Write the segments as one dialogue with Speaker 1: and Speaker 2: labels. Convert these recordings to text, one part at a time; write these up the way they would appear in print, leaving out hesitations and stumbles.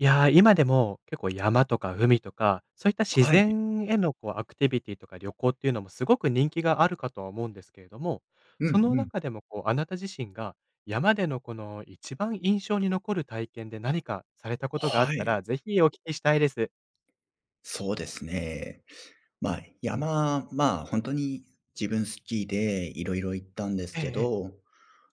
Speaker 1: いやー、今でも結構山とか海とか、そういった自
Speaker 2: はい。
Speaker 1: 然へのこうアクティビティとか旅行っていうのもすごく人気があるかとは思うんですけれども、
Speaker 2: う
Speaker 1: そ
Speaker 2: ん
Speaker 1: の
Speaker 2: うん。
Speaker 1: 中でもこうあなた自身が山でのこの一番印象に残る体験で何かされたことがあっ
Speaker 2: は
Speaker 1: た
Speaker 2: い。
Speaker 1: ら、ぜひお聞きしたいです。
Speaker 2: そうですね。山、本当に自分好きでいろいろ行ったんです
Speaker 1: ええ
Speaker 2: け
Speaker 1: ええ、
Speaker 2: ど、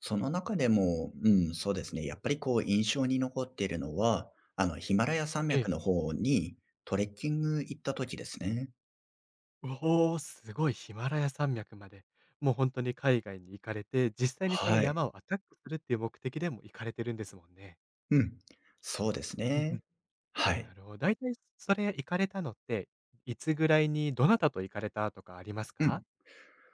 Speaker 2: その中でも、そうですね、やっぱりこう印象に残っているのは、ヒマラヤ山
Speaker 1: え
Speaker 2: 脈の
Speaker 1: え。
Speaker 2: 方にトレッキング行った時ですね。
Speaker 1: おお、すごいヒマラヤ山脈まで、もう本当に海外に行かれて、実際にその
Speaker 2: はい。
Speaker 1: 山をアタックするっていう目的でも行かれてるんですもんね。
Speaker 2: うん。そうです
Speaker 1: うんうん。
Speaker 2: ね。は
Speaker 1: な
Speaker 2: い。
Speaker 1: るほど。だいたいそれ行かれたのって、いつぐらいにどなたと行かれたとかあります
Speaker 2: う
Speaker 1: か？
Speaker 2: ん。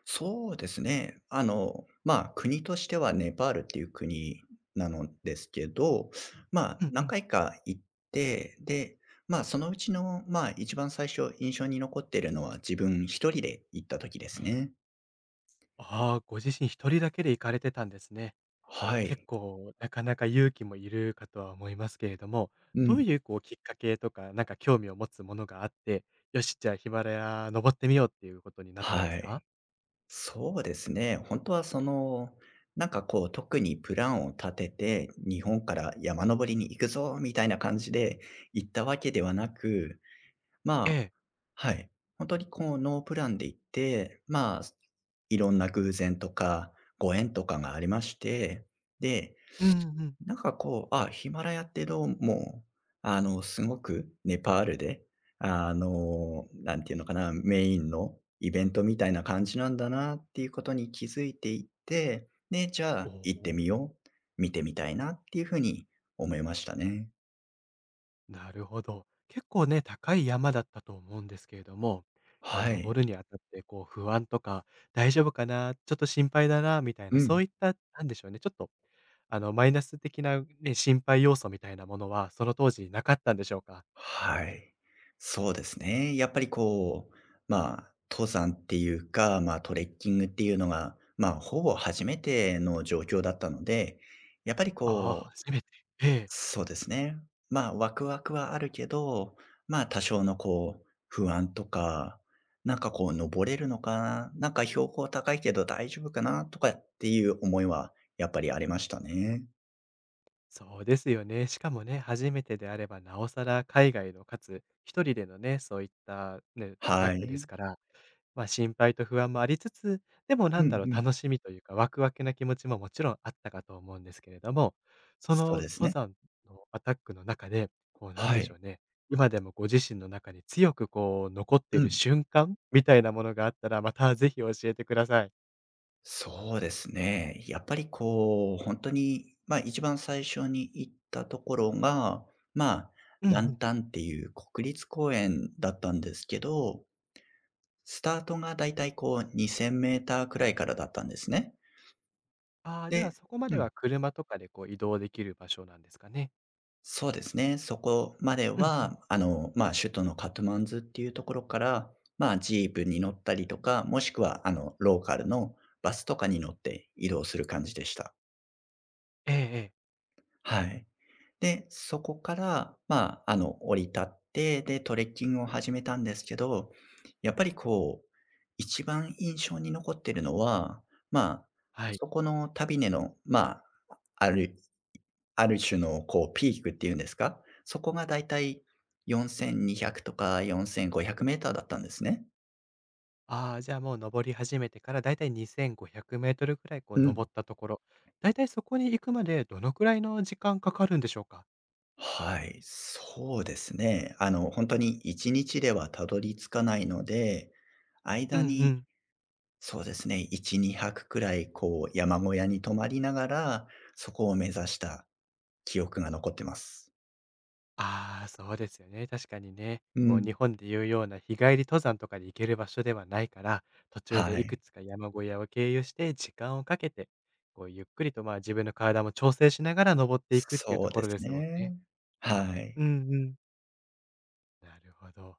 Speaker 2: そうですね。国としてはネパールっていう国なのですけど、
Speaker 1: うんう
Speaker 2: 何
Speaker 1: ん。
Speaker 2: 回か行って、で、そのうちの、一番最初印象に残ってるのは自分一人で行った時ですね。
Speaker 1: ああ、ご自身一人だけで行かれてたんですね。
Speaker 2: は
Speaker 1: 結
Speaker 2: い。
Speaker 1: 構なかなか勇気もいるかとは思いますけれども、
Speaker 2: う
Speaker 1: どう
Speaker 2: ん。
Speaker 1: いうこうきっかけとか、なんか興味を持つものがあって、よし、じゃあヒマラヤ登ってみようっていうことになったんで
Speaker 2: は
Speaker 1: すか？
Speaker 2: い。そうですね。本当はその、特にプランを立てて、日本から山登りに行くぞ、みたいな感じで行ったわけではなく、
Speaker 1: え
Speaker 2: まあ、
Speaker 1: え。
Speaker 2: はい。本当にこうノープランで行って、いろんな偶然とか、ご縁とかがありまして、で、
Speaker 1: うんうん。
Speaker 2: あ、ヒマラヤってどうも、すごくネパールで、なんていうのかな、メインのイベントみたいな感じなんだなっていうことに気づいていって、で、じゃあ行ってみ
Speaker 1: お、
Speaker 2: よう、見てみたいなっていうふうに思いましたね。
Speaker 1: なるほど。結構ね、高い山だったと思うんですけれども、結構
Speaker 2: はい。
Speaker 1: 登るにあたって、こう不安とか、大丈夫かな、ちょっと心配だな、みたいな、
Speaker 2: う
Speaker 1: そ
Speaker 2: ん。
Speaker 1: ういった、なんでしょうね、ちょっと、あの、マイナス的なね、心配要素みたいなものは、その当時なかったんでしょうか？
Speaker 2: はい。そうですね。やっぱりこう、登山っていうか、トレッキングっていうのが、ほぼ初めての状況だったので、やっぱり
Speaker 1: ああ、
Speaker 2: こう、
Speaker 1: 初めて。ええ。
Speaker 2: そうですね。ワクワクはあるけど、多少のこう、不安とか、登れるのかな、なんか標高高いけど大丈夫かな、とかっていう思いは、やっぱりありましたね。
Speaker 1: そうですよね。しかもね、初めてであれば、なおさら海外の、かつ、一人でのね、そういったね、アタッ
Speaker 2: は
Speaker 1: クで
Speaker 2: い。
Speaker 1: すから、まあ、心配と不安もありつつ、でもな
Speaker 2: う
Speaker 1: んだ
Speaker 2: ん
Speaker 1: ろう、
Speaker 2: うん。
Speaker 1: 楽しみというか、ワクワクな気持ちももちろんあったかと思うんですけれども、そ
Speaker 2: そう
Speaker 1: の
Speaker 2: です
Speaker 1: 登
Speaker 2: ね。
Speaker 1: 山のアタックの中で、こうなん
Speaker 2: は
Speaker 1: でしょ
Speaker 2: い。
Speaker 1: うね、今でもご自身の中に強くこう残ってい
Speaker 2: う
Speaker 1: る
Speaker 2: ん。
Speaker 1: 瞬間みたいなものがあったら、またぜひ教えてください。
Speaker 2: そうですね。やっぱりこう、本当に、ま、一番最初に行ったところが、まあ、
Speaker 1: うんう
Speaker 2: ラ
Speaker 1: ん。
Speaker 2: ンタンっていう国立公園だったんですけど、スタートがだいたいこう2000メーターくらいからだったんですね。
Speaker 1: ああ、じゃあ
Speaker 2: で、
Speaker 1: そこま
Speaker 2: う
Speaker 1: では
Speaker 2: ん、
Speaker 1: 車とかでこう移動できる場所なんですかね。
Speaker 2: そうですね。そこまで
Speaker 1: うんうん。
Speaker 2: は、首都のカトゥマンズっていうところから、ジープに乗ったりとか、もしくはローカルのバスとかに乗って移動する感じでした。
Speaker 1: ええええ。
Speaker 2: はい。で、そこから、降り立って、で、トレッキングを始めたんですけど、やっぱりこう、一番印象に残ってるのは、まあ、
Speaker 1: はい。
Speaker 2: そこの旅根の、まあ、ある、ある種のこう、ピークっていうんですか、そこがだいたい4200とか4500メーターだったんですね。
Speaker 1: ああ、じゃあ、もう登り始めてからだいたい2500メートルくらいこう
Speaker 2: うん。
Speaker 1: 登ったところ、だいたいそこに行くまでどのくらいの時間かかるんでしょうか？
Speaker 2: はい、そうですね。ほんに1日ではたどり着かないので、
Speaker 1: うん
Speaker 2: 間
Speaker 1: う
Speaker 2: に、
Speaker 1: ん。
Speaker 2: そうですね。1、2泊くらい、こう、山小屋に泊まりながら、そこを目指した記憶が残ってます。
Speaker 1: ああ、そうですよね、確かにね。
Speaker 2: う
Speaker 1: こう日
Speaker 2: ん。
Speaker 1: 本でいうような日帰り登山とかで行ける場所ではないから、途中
Speaker 2: は
Speaker 1: でい
Speaker 2: い。
Speaker 1: くつか山小屋を経由して時間をかけて、こうゆっくりと、まあ、自分の体も調整しながら登っていくっていう
Speaker 2: そ
Speaker 1: と
Speaker 2: う
Speaker 1: こ
Speaker 2: で
Speaker 1: ろで
Speaker 2: す
Speaker 1: すもんね。
Speaker 2: ね。は
Speaker 1: う
Speaker 2: い。
Speaker 1: んうん。なるほど。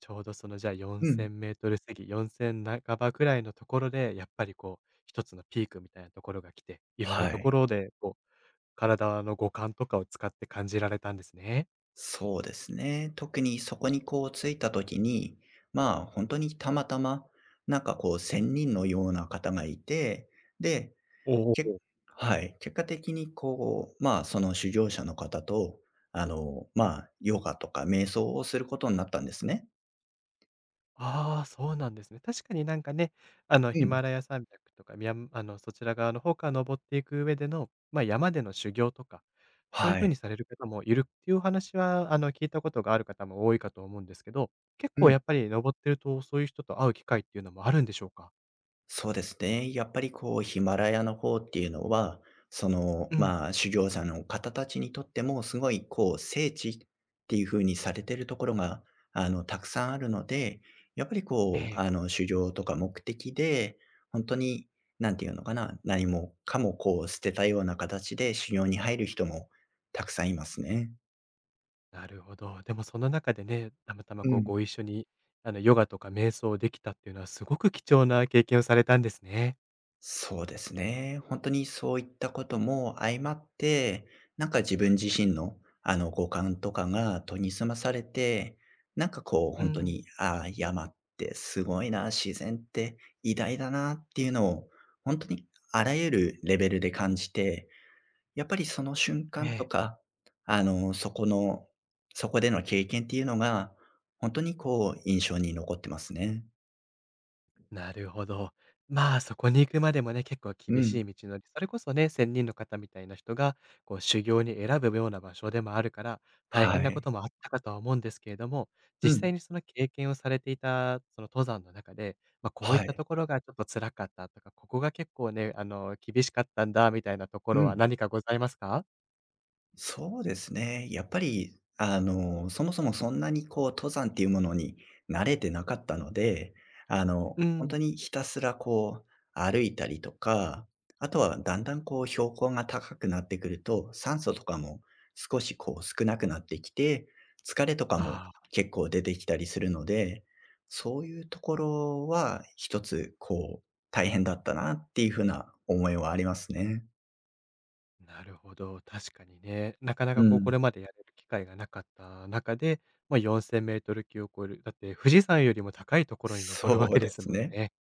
Speaker 1: ちょうどそのじゃあ4000
Speaker 2: うん。
Speaker 1: メートル過ぎ、4000半ばくらいのところで、やっぱりこう、一つのピークみたいなところが来て、いろんな
Speaker 2: は
Speaker 1: とこ
Speaker 2: い。
Speaker 1: ろでこう、体の五感とかを使って感じられたんですね。
Speaker 2: そうですね。特にそこにこう着いた時に、本当にたまたま、なんかこう仙人のような方がいて、で、
Speaker 1: お
Speaker 2: け
Speaker 1: お。
Speaker 2: はい。結果的にこう、その修行者の方と、ヨガとか瞑想をすることになったんですね。
Speaker 1: ああ、そうなんですね。確かになんかね、あの、
Speaker 2: う
Speaker 1: ヒ
Speaker 2: ん。
Speaker 1: マラヤ山脈とか、みやあの、そちら側の方から登っていく上での、まあ、山での修行とか、そういう
Speaker 2: は
Speaker 1: 風
Speaker 2: い。
Speaker 1: にされる方もいるっていうお話は、あの、聞いたことがある方も多いかと思うんですけど、結
Speaker 2: う
Speaker 1: 構
Speaker 2: ん。
Speaker 1: やっぱり登ってると、そういう人と会う機会っていうのもあるんでしょうか？
Speaker 2: そうですね。やっぱりこうヒマラヤの方っていうのは、その、
Speaker 1: うん。
Speaker 2: 修行者の方たちにとってもすごいこう聖地っていう風にされてるところが、たくさんあるので、やっぱり
Speaker 1: え
Speaker 2: こう、
Speaker 1: え、
Speaker 2: 修行とか目的で、本当に何ていうのかな、何もかもこう捨てたような形で修行に入る人もたくさんいますね。
Speaker 1: なるほど。でもその中でね、たまたま
Speaker 2: う
Speaker 1: こう
Speaker 2: ん。
Speaker 1: ご一緒に、あの、ヨガとか瞑想できたっていうのはすごく貴重な経験をされたんですね。
Speaker 2: そうですね。本当にそういったことも相まって、なんか自分自身の、五感とかが研ぎ澄まされて、なんかこう
Speaker 1: う
Speaker 2: 本当
Speaker 1: ん。
Speaker 2: に、ああ、山ってすごいな、自然って偉大だなっていうのを、本当にあらゆるレベルで感じて、やっぱりその瞬
Speaker 1: え
Speaker 2: 間と
Speaker 1: え。
Speaker 2: か、あの、そこのそこでの経験っていうのが、本当にこう印象に残ってますね。
Speaker 1: なるほど。まあ、そこに行くまでもね、結構
Speaker 2: う
Speaker 1: 厳し
Speaker 2: ん。
Speaker 1: い道のり、それこそね、仙人の方みたいな人が、こう修行に選ぶような場所でもあるから、大
Speaker 2: は
Speaker 1: 変なこ
Speaker 2: い。
Speaker 1: ともあったかとは思うんですけれども、
Speaker 2: う
Speaker 1: 実際
Speaker 2: ん。
Speaker 1: にその経験をされていた、その登山の中で、まあ、こういっ
Speaker 2: は
Speaker 1: た
Speaker 2: い。
Speaker 1: ところがちょっと辛かったとか、ここが結構ね、あの、厳しかったんだみたいなとこ
Speaker 2: う
Speaker 1: ろは
Speaker 2: ん。
Speaker 1: 何かございますか？
Speaker 2: そうですね。やっぱり、そもそもそんなにこう、登山っていうものに慣れてなかったので、
Speaker 1: う
Speaker 2: 本
Speaker 1: ん。
Speaker 2: 当にひたすらこう、歩いたりとか、あとはだんだんこう、標高が高くなってくると、酸素とかも少しこう、少なくなってきて、疲れとかも
Speaker 1: ああ。
Speaker 2: 結構出てきたりするので、そういうところは一つこう、大変だったなっていうふうな思いはありますね。
Speaker 1: なるほど、確かにね。なかな
Speaker 2: う
Speaker 1: かこう、こ
Speaker 2: ん。
Speaker 1: れまでやれる機会がなかった中で、まあ、4000ル級を超える、だって富士山よりも高いところに登るわ
Speaker 2: そ
Speaker 1: け
Speaker 2: うで
Speaker 1: です
Speaker 2: す
Speaker 1: もん
Speaker 2: ね。
Speaker 1: ね。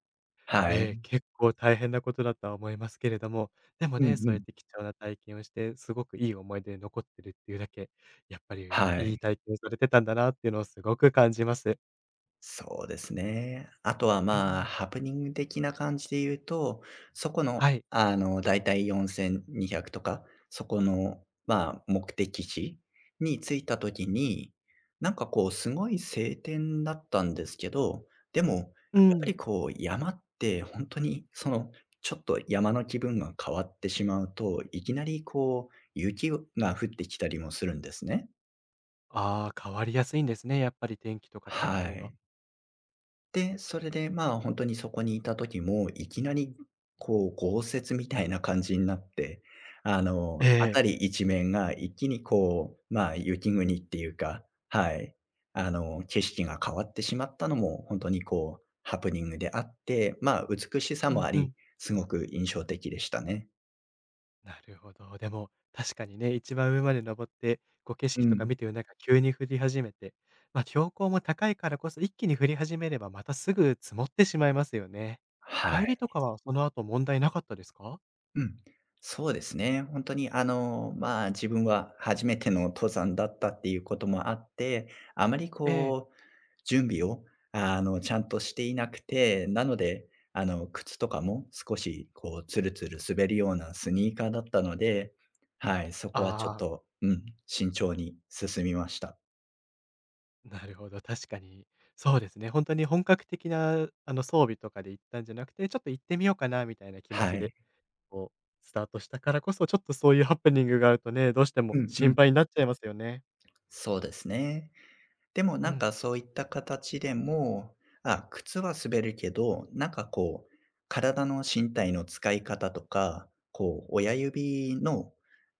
Speaker 2: はい。
Speaker 1: ええ、結構大変なことだとは思いますけれども、でも
Speaker 2: う
Speaker 1: ね、
Speaker 2: ん
Speaker 1: そ
Speaker 2: う
Speaker 1: うやっ
Speaker 2: ん。
Speaker 1: て貴重な体験をして、すごくいい思い出に残ってるっていうだけ、やっぱりよ
Speaker 2: は
Speaker 1: いい
Speaker 2: い。
Speaker 1: 体験をされてたんだなっていうのをすごく感じます。
Speaker 2: そうですね。あとは、
Speaker 1: うん。
Speaker 2: ハプニング的な感じで言うと、そこの、
Speaker 1: はい。
Speaker 2: だいたい4200とか、そこの、目的地に着いた時に、なんかこう、すごい晴天だったんですけど、でも、
Speaker 1: う
Speaker 2: やっぱ
Speaker 1: ん。
Speaker 2: りこう、山って本当に、その、ちょっと山の気分が変わってしまうと、いきなりこう、雪が降ってきたりもするんですね。
Speaker 1: ああ、変わりやすいんですね、やっぱり天気とか天
Speaker 2: は
Speaker 1: 候が。
Speaker 2: い。で、それで、本当にそこにいた時も、いきなりこう、豪雪みたいな感じになって、
Speaker 1: ええ。
Speaker 2: 辺り一面が一気にこう、雪国っていうか、はい、景色が変わってしまったのも、本当にこう、ハプニングであって、美しさ
Speaker 1: う
Speaker 2: も
Speaker 1: ん
Speaker 2: あ
Speaker 1: う
Speaker 2: り、
Speaker 1: ん。
Speaker 2: すごく印象的でしたね。
Speaker 1: なるほど。でも、確かにね、一番上まで登って、こう景
Speaker 2: う
Speaker 1: 色とか
Speaker 2: ん。
Speaker 1: 見てる中、急に降り始めて、まあ、標高も高いからこそ、一気に降り始めれば、またすぐ積もってしまいますよね。
Speaker 2: は
Speaker 1: 帰
Speaker 2: い。
Speaker 1: りとかは、その後問題なかったですか？
Speaker 2: うん。そうですね。本当に自分は初めての登山だったっていうこともあって、あまり
Speaker 1: ええ。
Speaker 2: こ準備を、ちゃんとしていなくて、なので、靴とかも少しこう、ツルツル滑るようなスニーカーだったので、はい、そこはちょっ
Speaker 1: ああ、
Speaker 2: と、うん、慎重に進みました。
Speaker 1: なるほど、確かに。そうですね、本当に本格的な、あの、装備とかで行ったんじゃなくて、ちょっと行ってみようかなみたいな気持
Speaker 2: は
Speaker 1: ちで、
Speaker 2: い。
Speaker 1: こう、スタートしたからこそ、ちょっとそういうハプニングがあるとね、どうして
Speaker 2: う
Speaker 1: も
Speaker 2: んう
Speaker 1: 心
Speaker 2: ん。
Speaker 1: 配になっちゃいますよね。
Speaker 2: そうですね。でも
Speaker 1: う
Speaker 2: なん
Speaker 1: ん。
Speaker 2: かそういった形でも、あ、靴は滑るけど、なんかこう、身体の使い方とか、こう親指の、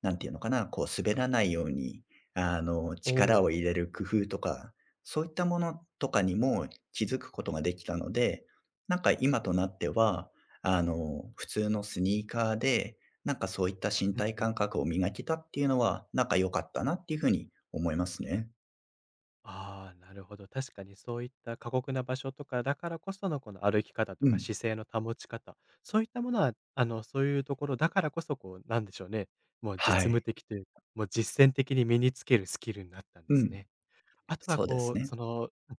Speaker 2: なんていうのかな、こう滑らないように、
Speaker 1: お
Speaker 2: 力
Speaker 1: お。
Speaker 2: を入れる工夫とか、そういったものとかにも気づくことができたので、なんか今となっては、普通のスニーカーで、なんかそういった身
Speaker 1: うん。
Speaker 2: 体感覚を磨けたっていうのは、なんか良かったなっていうふうに思いますね。
Speaker 1: ああ、なるほど。確かにそういった過酷な場所とかだからこそのこの歩き方と
Speaker 2: う
Speaker 1: か
Speaker 2: ん。
Speaker 1: 姿勢の保ち方、そういったものは、あの、そういうところだからこそ、こう、なんでしょうね、もう実
Speaker 2: は
Speaker 1: 務
Speaker 2: い。
Speaker 1: 的というか、もう実践的に身につけるスキルになったんで
Speaker 2: う
Speaker 1: す
Speaker 2: ん。
Speaker 1: ね。あとは
Speaker 2: そうで
Speaker 1: こ
Speaker 2: す
Speaker 1: う、
Speaker 2: ね。
Speaker 1: その、うん、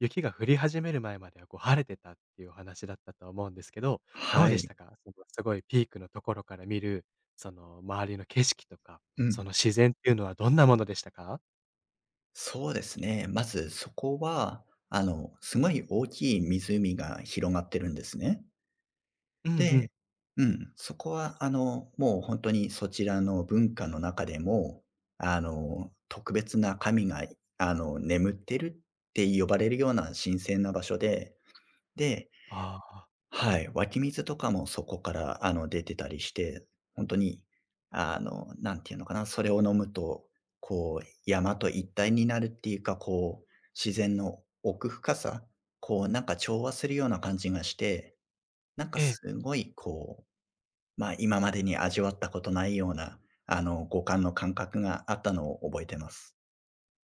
Speaker 1: 雪が降り始める前まではこう晴れてたっていうお話だったと思うんですけど、どう
Speaker 2: は
Speaker 1: でし
Speaker 2: い。
Speaker 1: たか、そのすごいピークのところから見る、その周りの景色とか、
Speaker 2: う
Speaker 1: そ
Speaker 2: ん。
Speaker 1: の自然っていうのはどんなものでしたか？
Speaker 2: そうですね。まずそこは、すごい大きい湖が広がってるんですね。
Speaker 1: うんうん。
Speaker 2: で、うん、そこはもう本当にそちらの文化の中でも、特別な神が、眠ってるって呼ばれるような神聖な場所で、で、
Speaker 1: ああ、
Speaker 2: はい、湧き水とかもそこから、出てたりして、本当に、なんていうのかな、それを飲むと、こう、山と一体になるっていうか、こう、自然の奥深さ、こう、なんか調和するような感じがして、なんか
Speaker 1: ええ。
Speaker 2: すごい、こう、今までに味わったことないような、五感の感覚があったのを覚えてます。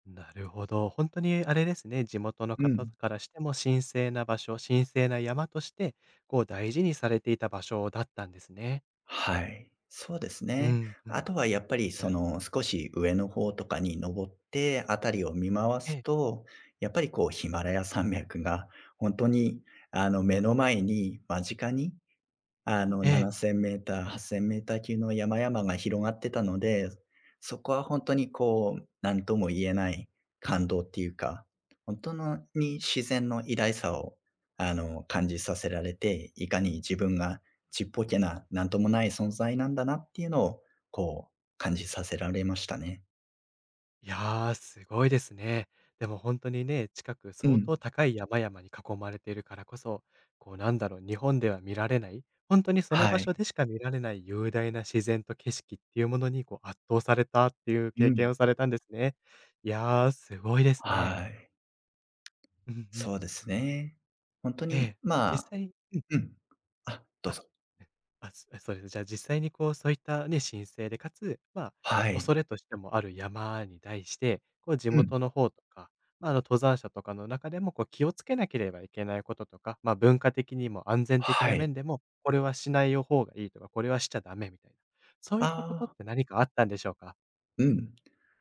Speaker 1: なるほど。本当にあれですね、地元の
Speaker 2: う
Speaker 1: 方
Speaker 2: ん、
Speaker 1: からしても神聖な場所、神聖な山として、こう大事にされていた場所だったんですね。
Speaker 2: はい、そうです
Speaker 1: う
Speaker 2: ね。
Speaker 1: んうん。
Speaker 2: あとはやっぱり
Speaker 1: や
Speaker 2: その少し上の方とかに登って、辺りを見回
Speaker 1: え
Speaker 2: す
Speaker 1: え、
Speaker 2: と、やっぱりこうヒマラヤ山脈が本当に目の前に間近に
Speaker 1: ええ。
Speaker 2: 7000m、8000メーター級の山々が広がってたので、そこは本当にこう、何とも言えない感動っていうか、本当に自然の偉大さを、感じさせられて、いかに自分がちっぽけな、なんともない存在なんだなっていうのを、こう、感じさせられましたね。
Speaker 1: いやー、すごいですね。でも本当にね、近く
Speaker 2: う
Speaker 1: 相
Speaker 2: ん。
Speaker 1: 当高い山々に囲まれているからこそ、こうなんだろう、日本では見られない、本当にその
Speaker 2: は
Speaker 1: 場所
Speaker 2: い。
Speaker 1: でしか見られない雄大な自然と景色っていうものにこう圧倒されたっていう
Speaker 2: う
Speaker 1: 経験
Speaker 2: ん。
Speaker 1: をされたんですね。いやー、すごいですね。
Speaker 2: はい。
Speaker 1: うんうん。
Speaker 2: そうですね。本当
Speaker 1: え
Speaker 2: に、
Speaker 1: え、
Speaker 2: ま
Speaker 1: 実
Speaker 2: あ、
Speaker 1: 際うん、
Speaker 2: うん。あ、どう
Speaker 1: あ、
Speaker 2: ぞ。
Speaker 1: うん、あ、そうです。じゃあ実際にこう、そういったね、申請で、かつ、まあ、
Speaker 2: はい。
Speaker 1: 恐れとしてもある山に対して、こう地
Speaker 2: うん。
Speaker 1: 元の方とか、まあ、あの、登山者とかの中でも、こう気をつけなければいけないこととか、まあ、文化的にも安全的
Speaker 2: は
Speaker 1: な
Speaker 2: い。
Speaker 1: 面でも、これはしない方がいいとか、これはしちゃダメみたいな、そういったこ
Speaker 2: あ
Speaker 1: とっ
Speaker 2: あ、
Speaker 1: て何かあったんでしょうか？
Speaker 2: うん。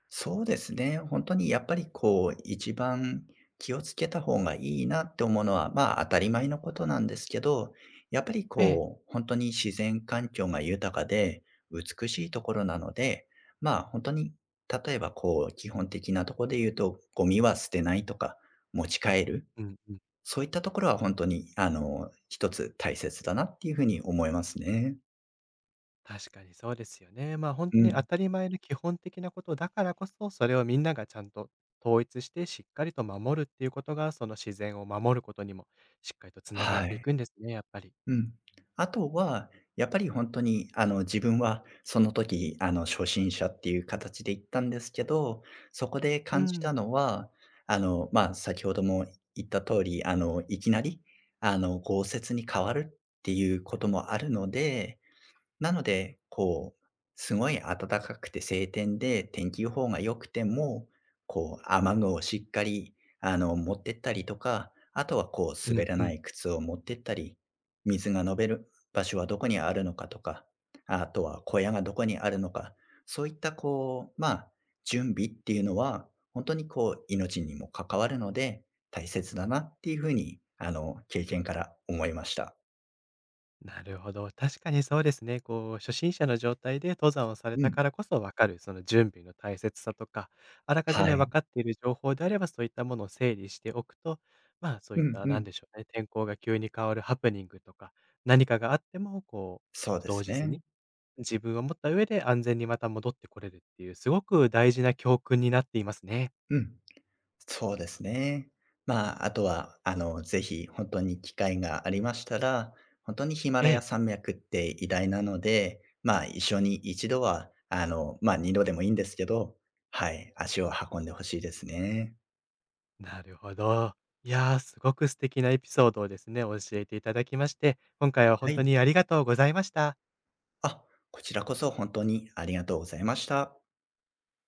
Speaker 2: そうですね。本当にやっぱりこう、一番気をつけた方がいいなって思うのは、当たり前のことなんですけど、やっぱり
Speaker 1: ええ。
Speaker 2: こう、本当に自然環境が豊かで美しいところなので、本当に例えばこう、基本的なところで言うと、ゴミは捨てないとか、持ち帰る、
Speaker 1: うんうん。
Speaker 2: そういったところは本当に一つ大切だなっていうふうに思いますね。
Speaker 1: 確かにそうですよね。まあ、本
Speaker 2: う
Speaker 1: 当に当
Speaker 2: ん。
Speaker 1: たり前の基本的なことだからこそ、それをみんながちゃんと統一して、しっかりと守るっていうことが、その自然を守ることにもしっかりとつながっ
Speaker 2: は
Speaker 1: てい
Speaker 2: い。
Speaker 1: くんですね、やっぱり。
Speaker 2: うん。あとは、やっぱり本当に、自分はその時、初心者っていう形で行ったんですけど、そこで
Speaker 1: う
Speaker 2: 感じ
Speaker 1: ん。
Speaker 2: たのは、先ほども言った通り、いきなり、豪雪に変わるっていうこともあるので、なので、こう、すごい暖かくて晴天で、天気予報が良くても、こう、雨具をしっかり、持ってったりとか、あとはこう、
Speaker 1: うん
Speaker 2: 滑ら
Speaker 1: う
Speaker 2: な
Speaker 1: ん。
Speaker 2: い靴を持ってったり、水が飲める場所はどこにあるのかとか、あとは小屋がどこにあるのか、そういったこう、準備っていうのは、本当にこう、命にも関わるので、大切だなっていう風に、経験から思いました。
Speaker 1: なるほど。確かにそうですね。こう、初心者の状態で登山をされ
Speaker 2: う
Speaker 1: た
Speaker 2: ん。
Speaker 1: からこそわかる、その準備の大切さとか、あらかじ
Speaker 2: は
Speaker 1: め分
Speaker 2: い。
Speaker 1: かっている情報であれば、そういったものを整理しておくと、まあ、そうい
Speaker 2: う
Speaker 1: っ
Speaker 2: ん
Speaker 1: た、
Speaker 2: う
Speaker 1: なん
Speaker 2: ん。
Speaker 1: でしょうね、天候が急に変わるハプニングとか、何かがあっても、こ
Speaker 2: そう
Speaker 1: う、
Speaker 2: で
Speaker 1: 動
Speaker 2: す
Speaker 1: じず
Speaker 2: ね。
Speaker 1: に、自分を持った上で安全にまた戻ってこれるっていう、すごく大事な教訓になっていますね。
Speaker 2: うん、そうですね。あとは、ぜひ本当に機会がありましたら、本当にヒマ
Speaker 1: え
Speaker 2: ラヤ
Speaker 1: え。
Speaker 2: 山脈って偉大なので、一緒に一度は、二度でもいいんですけど、はい、足を運んでほしいですね。
Speaker 1: なるほど。いやー、すごく素敵なエピソードをですね、教えていただきまして、今回は
Speaker 2: は
Speaker 1: 本当
Speaker 2: い。
Speaker 1: にありがとうございました。
Speaker 2: あ、こちらこそ本当にありがとうございました。